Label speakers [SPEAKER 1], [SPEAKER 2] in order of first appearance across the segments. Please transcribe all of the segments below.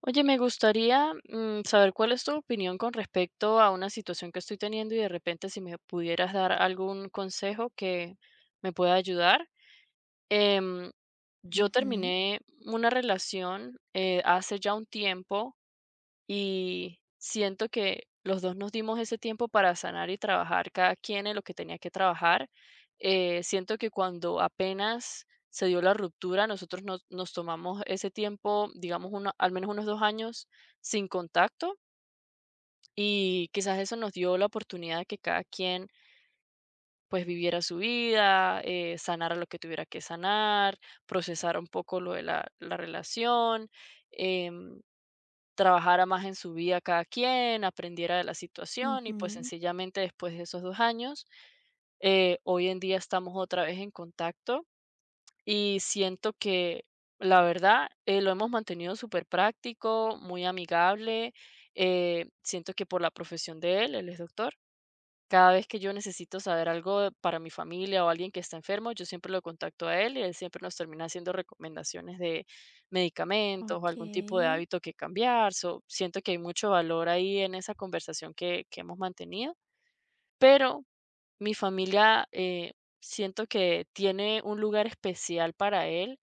[SPEAKER 1] Oye, me gustaría saber cuál es tu opinión con respecto a una situación que estoy teniendo y de repente si me pudieras dar algún consejo que me pueda ayudar. Em, yo
[SPEAKER 2] Ujú,
[SPEAKER 1] terminé una relación hace ya un tiempo y siento que los 2 nos dimos ese tiempo para sanar y trabajar cada quien en lo que tenía que trabajar. Siento que cuando apenas se dio la ruptura, nosotros nos tomamos ese tiempo, digamos, uno al menos unos 2 años sin contacto, y quizás eso nos dio la oportunidad de que cada quien, pues, viviera su vida, sanara lo que tuviera que sanar, procesara un poco lo de la relación, em trabajara más en su vida cada quien, aprendiera de la situación y pues
[SPEAKER 2] ujú.
[SPEAKER 1] sencillamente después de esos 2 años, hoy en día estamos otra vez en contacto y siento que la verdad lo hemos mantenido súper práctico, muy amigable, siento que por la profesión de él, él es doctor, cada vez que yo necesito saber algo para mi familia o alguien que está enfermo, yo siempre lo contacto a él y él siempre nos termina haciendo recomendaciones de medicamentos o algún tipo
[SPEAKER 2] Okey,
[SPEAKER 1] de hábito que cambiar. So, siento que hay mucho valor ahí en esa conversación que hemos mantenido, pero mi familia siento que tiene un lugar especial para él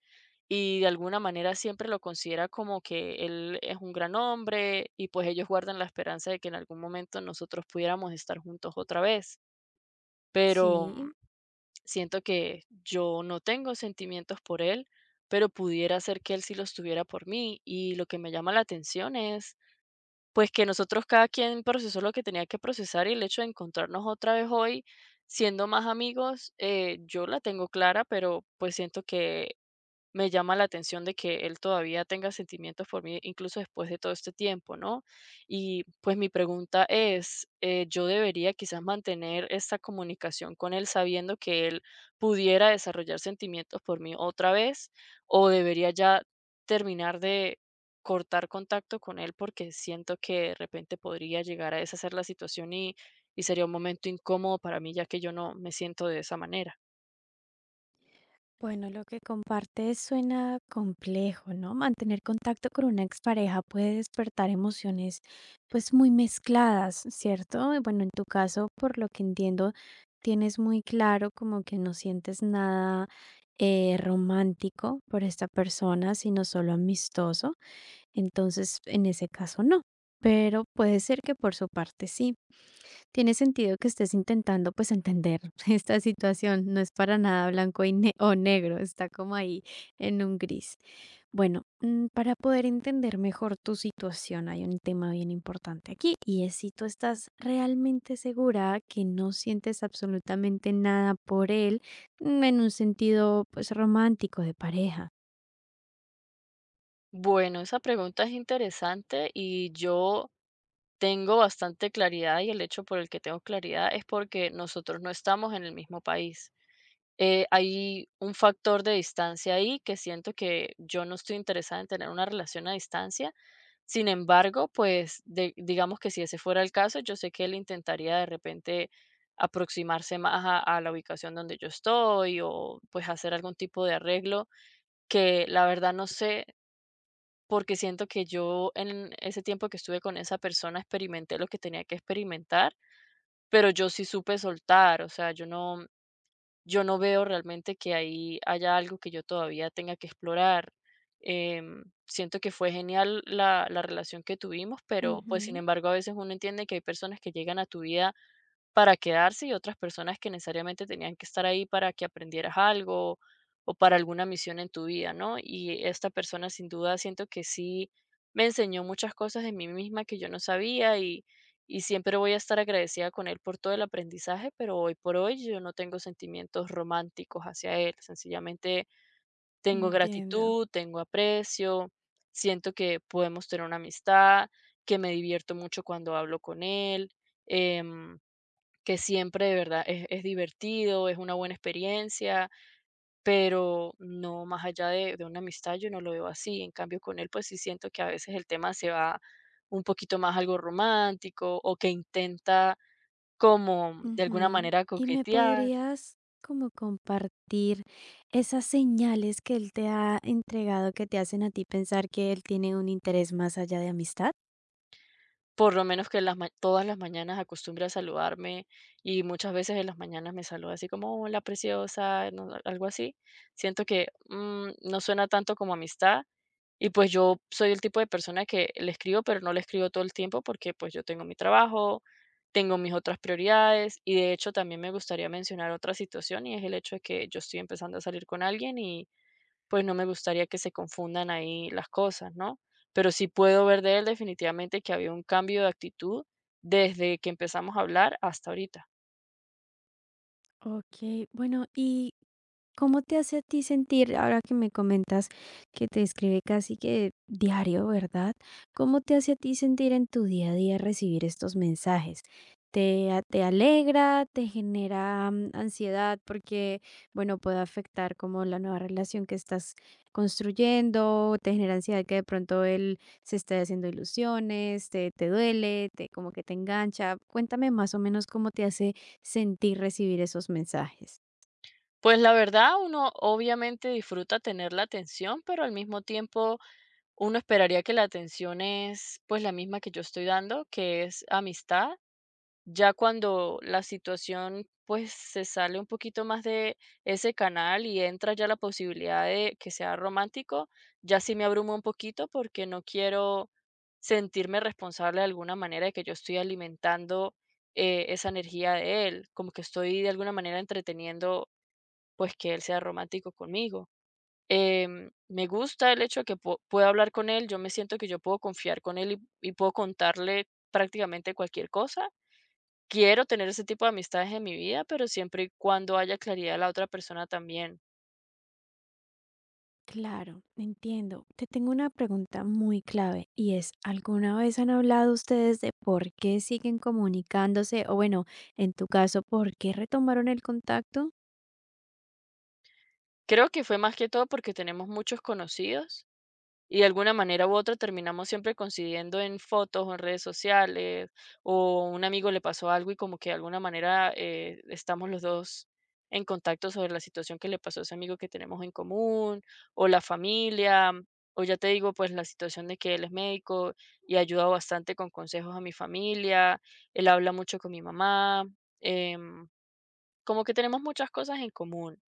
[SPEAKER 1] y de alguna manera siempre lo considera como que él es un gran hombre y pues ellos guardan la esperanza de que en algún momento nosotros pudiéramos estar juntos otra vez, pero
[SPEAKER 2] sí.
[SPEAKER 1] siento que yo no tengo sentimientos por él, pero pudiera ser que él sí los tuviera por mí. Y lo que me llama la atención es, pues, que nosotros cada quien procesó lo que tenía que procesar y el hecho de encontrarnos otra vez hoy, siendo más amigos, yo la tengo clara, pero pues siento que me llama la atención de que él todavía tenga sentimientos por mí, incluso después de todo este tiempo, ¿no? Y pues mi pregunta es, ¿yo debería quizás mantener esta comunicación con él sabiendo que él pudiera desarrollar sentimientos por mí otra vez? ¿O debería ya terminar de cortar contacto con él porque siento que de repente podría llegar a deshacer la situación y sería un momento incómodo para mí ya que yo no me siento de esa manera?
[SPEAKER 2] Bueno, lo que compartes suena complejo, ¿no? Mantener contacto con una expareja puede despertar emociones, pues, muy mezcladas, ¿cierto? Y bueno, en tu caso, por lo que entiendo, tienes muy claro como que no sientes nada, romántico por esta persona, sino solo amistoso. Entonces, en ese caso, no. Pero puede ser que por su parte sí. Tiene sentido que estés intentando, pues, entender esta situación. No es para nada blanco y ne o negro, está como ahí en un gris. Bueno, mm, para poder entender mejor tu situación, hay un tema bien importante aquí, y es si tú estás realmente segura que no sientes absolutamente nada por él, mm, en un sentido, pues, romántico, de pareja.
[SPEAKER 1] Bueno, esa pregunta es interesante y yo tengo bastante claridad y el hecho por el que tengo claridad es porque nosotros no estamos en el mismo país. Hay un factor de distancia ahí que siento que yo no estoy interesada en tener una relación a distancia. Sin embargo, pues digamos que si ese fuera el caso, yo sé que él intentaría de repente aproximarse más a la ubicación donde yo estoy o pues hacer algún tipo de arreglo que la verdad no sé, porque siento que yo en ese tiempo que estuve con esa persona experimenté lo que tenía que experimentar, pero yo sí supe soltar. O sea, yo no veo realmente que ahí haya algo que yo todavía tenga que explorar. Siento que fue genial la relación que tuvimos, pero pues sin
[SPEAKER 2] Ujú,
[SPEAKER 1] embargo a veces uno entiende que hay personas que llegan a tu vida para quedarse y otras personas que necesariamente tenían que estar ahí para que aprendieras algo o para alguna misión en tu vida, ¿no? Y esta persona sin duda siento que sí me enseñó muchas cosas de mí misma que yo no sabía y siempre voy a estar agradecida con él por todo el aprendizaje, pero hoy por hoy yo no tengo sentimientos románticos hacia él, sencillamente tengo
[SPEAKER 2] entiendo.
[SPEAKER 1] gratitud, tengo aprecio, siento que podemos tener una amistad, que me divierto mucho cuando hablo con él. em, que siempre de verdad es divertido, es una buena experiencia, pero no más allá de una amistad, yo no lo veo así. En cambio, con él, pues sí siento que a veces el tema se va un poquito más algo romántico o que intenta como de alguna
[SPEAKER 2] Ujú.
[SPEAKER 1] manera
[SPEAKER 2] ¿Y me
[SPEAKER 1] coquetear.
[SPEAKER 2] podrías como compartir esas señales que él te ha entregado que te hacen a ti pensar que él tiene un interés más allá de amistad?
[SPEAKER 1] Por lo menos que las ma todas las mañanas acostumbre a saludarme, y muchas veces en las mañanas me saluda así como: "Hola, preciosa", no, algo así. Siento que, no suena tanto como amistad, y pues yo soy el tipo de persona que le escribo, pero no le escribo todo el tiempo porque, pues, yo tengo mi trabajo, tengo mis otras prioridades, y de hecho también me gustaría mencionar otra situación, y es el hecho de que yo estoy empezando a salir con alguien y pues no me gustaría que se confundan ahí las cosas, ¿no? Pero sí puedo ver de él definitivamente que había un cambio de actitud desde que empezamos a hablar hasta ahorita.
[SPEAKER 2] Ok, bueno, y ¿cómo te hace a ti sentir, ahora que me comentas que te escribe casi que diario, ¿verdad? ¿Cómo te hace a ti sentir en tu día a día recibir estos mensajes? ¿Te, te alegra? ¿Te genera ansiedad? Porque, bueno, puede afectar como la nueva relación que estás construyendo, te genera ansiedad que de pronto él se esté haciendo ilusiones, te duele, te como que te engancha. Cuéntame más o menos cómo te hace sentir recibir esos mensajes.
[SPEAKER 1] Pues la verdad, uno obviamente disfruta tener la atención, pero al mismo tiempo uno esperaría que la atención es pues la misma que yo estoy dando, que es amistad. Ya cuando la situación, pues, se sale un poquito más de ese canal y entra ya la posibilidad de que sea romántico, ya sí me abruma un poquito porque no quiero sentirme responsable de alguna manera de que yo estoy alimentando, esa energía de él, como que estoy de alguna manera entreteniendo, pues, que él sea romántico conmigo. Me gusta el hecho de que po pueda hablar con él, yo me siento que yo puedo confiar con él y puedo contarle prácticamente cualquier cosa. Quiero tener ese tipo de amistades en mi vida, pero siempre y cuando haya claridad de la otra persona también.
[SPEAKER 2] Claro, entiendo. Te tengo una pregunta muy clave y es, ¿alguna vez han hablado ustedes de por qué siguen comunicándose o bueno, en tu caso, por qué retomaron el contacto?
[SPEAKER 1] Creo que fue más que todo porque tenemos muchos conocidos. Y de alguna manera u otra terminamos siempre coincidiendo en fotos o en redes sociales, o un amigo le pasó algo y como que de alguna manera estamos los dos en contacto sobre la situación que le pasó a ese amigo que tenemos en común, o la familia, o ya te digo, pues la situación de que él es médico y ha ayudado bastante con consejos a mi familia, él habla mucho con mi mamá. em, Como que tenemos muchas cosas en común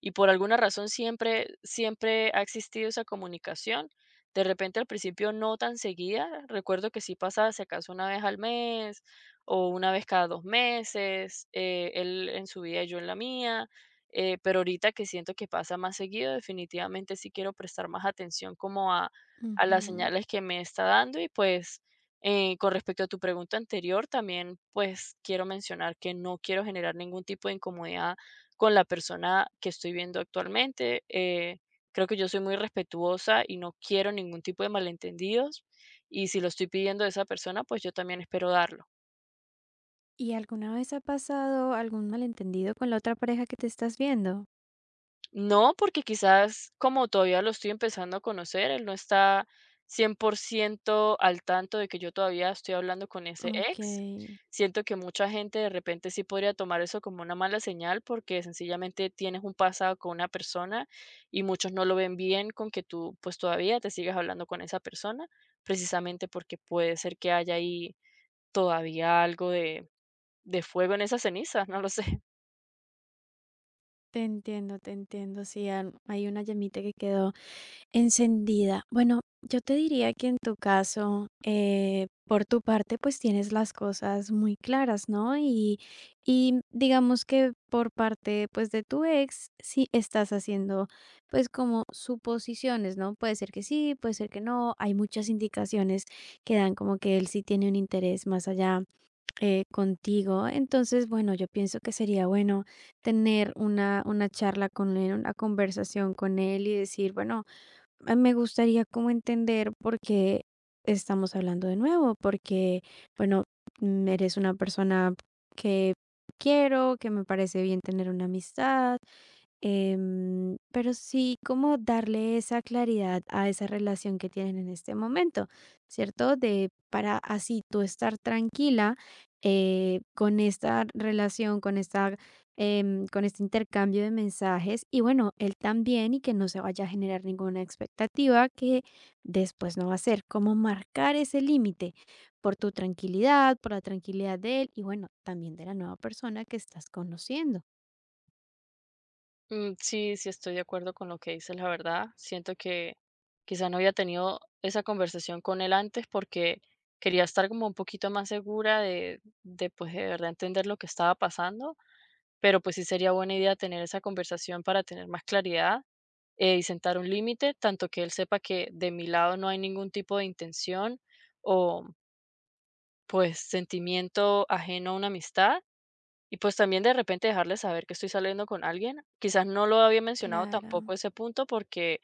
[SPEAKER 1] y por alguna razón siempre ha existido esa comunicación. De repente, al principio no tan seguida, recuerdo que sí pasaba, si acaso, una vez al mes o una vez cada 2 meses, él en su vida y yo en la mía, pero ahorita que siento que pasa más seguido, definitivamente sí quiero prestar más atención como a las
[SPEAKER 2] Ujú.
[SPEAKER 1] señales que me está dando y, pues, con respecto a tu pregunta anterior, también pues quiero mencionar que no quiero generar ningún tipo de incomodidad con la persona que estoy viendo actualmente. Creo que yo soy muy respetuosa y no quiero ningún tipo de malentendidos. Y si lo estoy pidiendo de esa persona, pues yo también espero darlo.
[SPEAKER 2] ¿Y alguna vez ha pasado algún malentendido con la otra pareja que te estás viendo?
[SPEAKER 1] No, porque quizás como todavía lo estoy empezando a conocer, él no está 100% al tanto de que yo todavía estoy hablando con ese
[SPEAKER 2] Ok,
[SPEAKER 1] ex. Siento que mucha gente de repente sí podría tomar eso como una mala señal porque sencillamente tienes un pasado con una persona y muchos no lo ven bien con que tú pues todavía te sigas hablando con esa persona, precisamente porque puede ser que haya ahí todavía algo de fuego en esas cenizas, no lo sé.
[SPEAKER 2] te entiendo, te entiendo. Sí, hay una llamita que quedó encendida. Bueno, yo te diría que en tu caso, por tu parte, pues tienes las cosas muy claras, ¿no? Y digamos que por parte, pues, de tu ex, sí estás haciendo, pues, como suposiciones, ¿no? Puede ser que sí, puede ser que no. Hay muchas indicaciones que dan como que él sí tiene un interés más allá contigo. Entonces, bueno, yo pienso que sería bueno tener una charla con él, una conversación con él y decir, bueno, ah, me gustaría como entender por qué estamos hablando de nuevo, porque, bueno, mm, eres una persona que quiero, que me parece bien tener una amistad. Em, pero sí como darle esa claridad a esa relación que tienen en este momento, ¿cierto? De para así tú estar tranquila con esta relación, con esta, con este intercambio de mensajes y bueno, él también y que no se vaya a generar ninguna expectativa que después no va a ser, como marcar ese límite por tu tranquilidad, por la tranquilidad de él y bueno, también de la nueva persona que estás conociendo.
[SPEAKER 1] Sí, sí, estoy de acuerdo con lo que dices, la verdad. Siento que quizá no había tenido esa conversación con él antes porque quería estar como un poquito más segura de pues de verdad entender lo que estaba pasando, pero pues sí sería buena idea tener esa conversación para tener más claridad y sentar un límite, tanto que él sepa que de mi lado no hay ningún tipo de intención o pues sentimiento ajeno a una amistad y pues también de repente dejarles saber que estoy saliendo con alguien. Quizás no lo había mencionado
[SPEAKER 2] Claro.
[SPEAKER 1] tampoco ese punto porque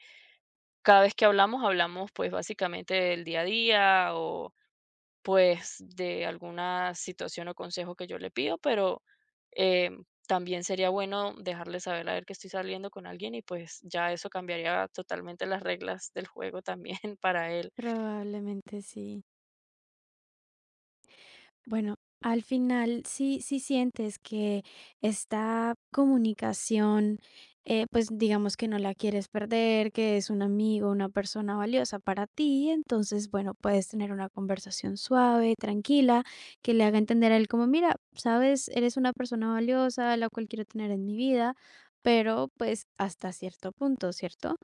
[SPEAKER 1] cada vez que hablamos, hablamos pues básicamente del día a día o pues de alguna situación o consejo que yo le pido, pero eh, también sería bueno dejarles saber a ver que estoy saliendo con alguien y pues ya eso cambiaría totalmente las reglas del juego también para él.
[SPEAKER 2] Probablemente sí. Bueno, al final sí, sí sientes que esta comunicación, pues digamos que no la quieres perder, que es un amigo, una persona valiosa para ti, entonces, bueno, puedes tener una conversación suave, tranquila, que le haga entender a él como, mira, sabes, eres una persona valiosa, la cual quiero tener en mi vida, pero pues hasta cierto punto, ¿cierto?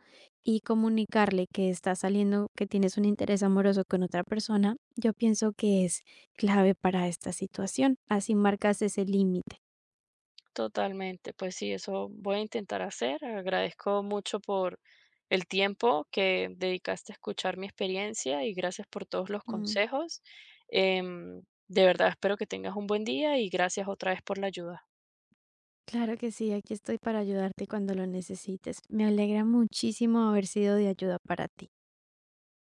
[SPEAKER 2] Y comunicarle que estás saliendo, que tienes un interés amoroso con otra persona, yo pienso que es clave para esta situación. Así marcas ese límite.
[SPEAKER 1] Totalmente, pues sí, eso voy a intentar hacer. Agradezco mucho por el tiempo que dedicaste a escuchar mi experiencia y gracias por todos los
[SPEAKER 2] Mm.
[SPEAKER 1] consejos. Em, de verdad espero que tengas un buen día y gracias otra vez por la ayuda.
[SPEAKER 2] Claro que sí, aquí estoy para ayudarte cuando lo necesites. Me alegra muchísimo haber sido de ayuda para ti.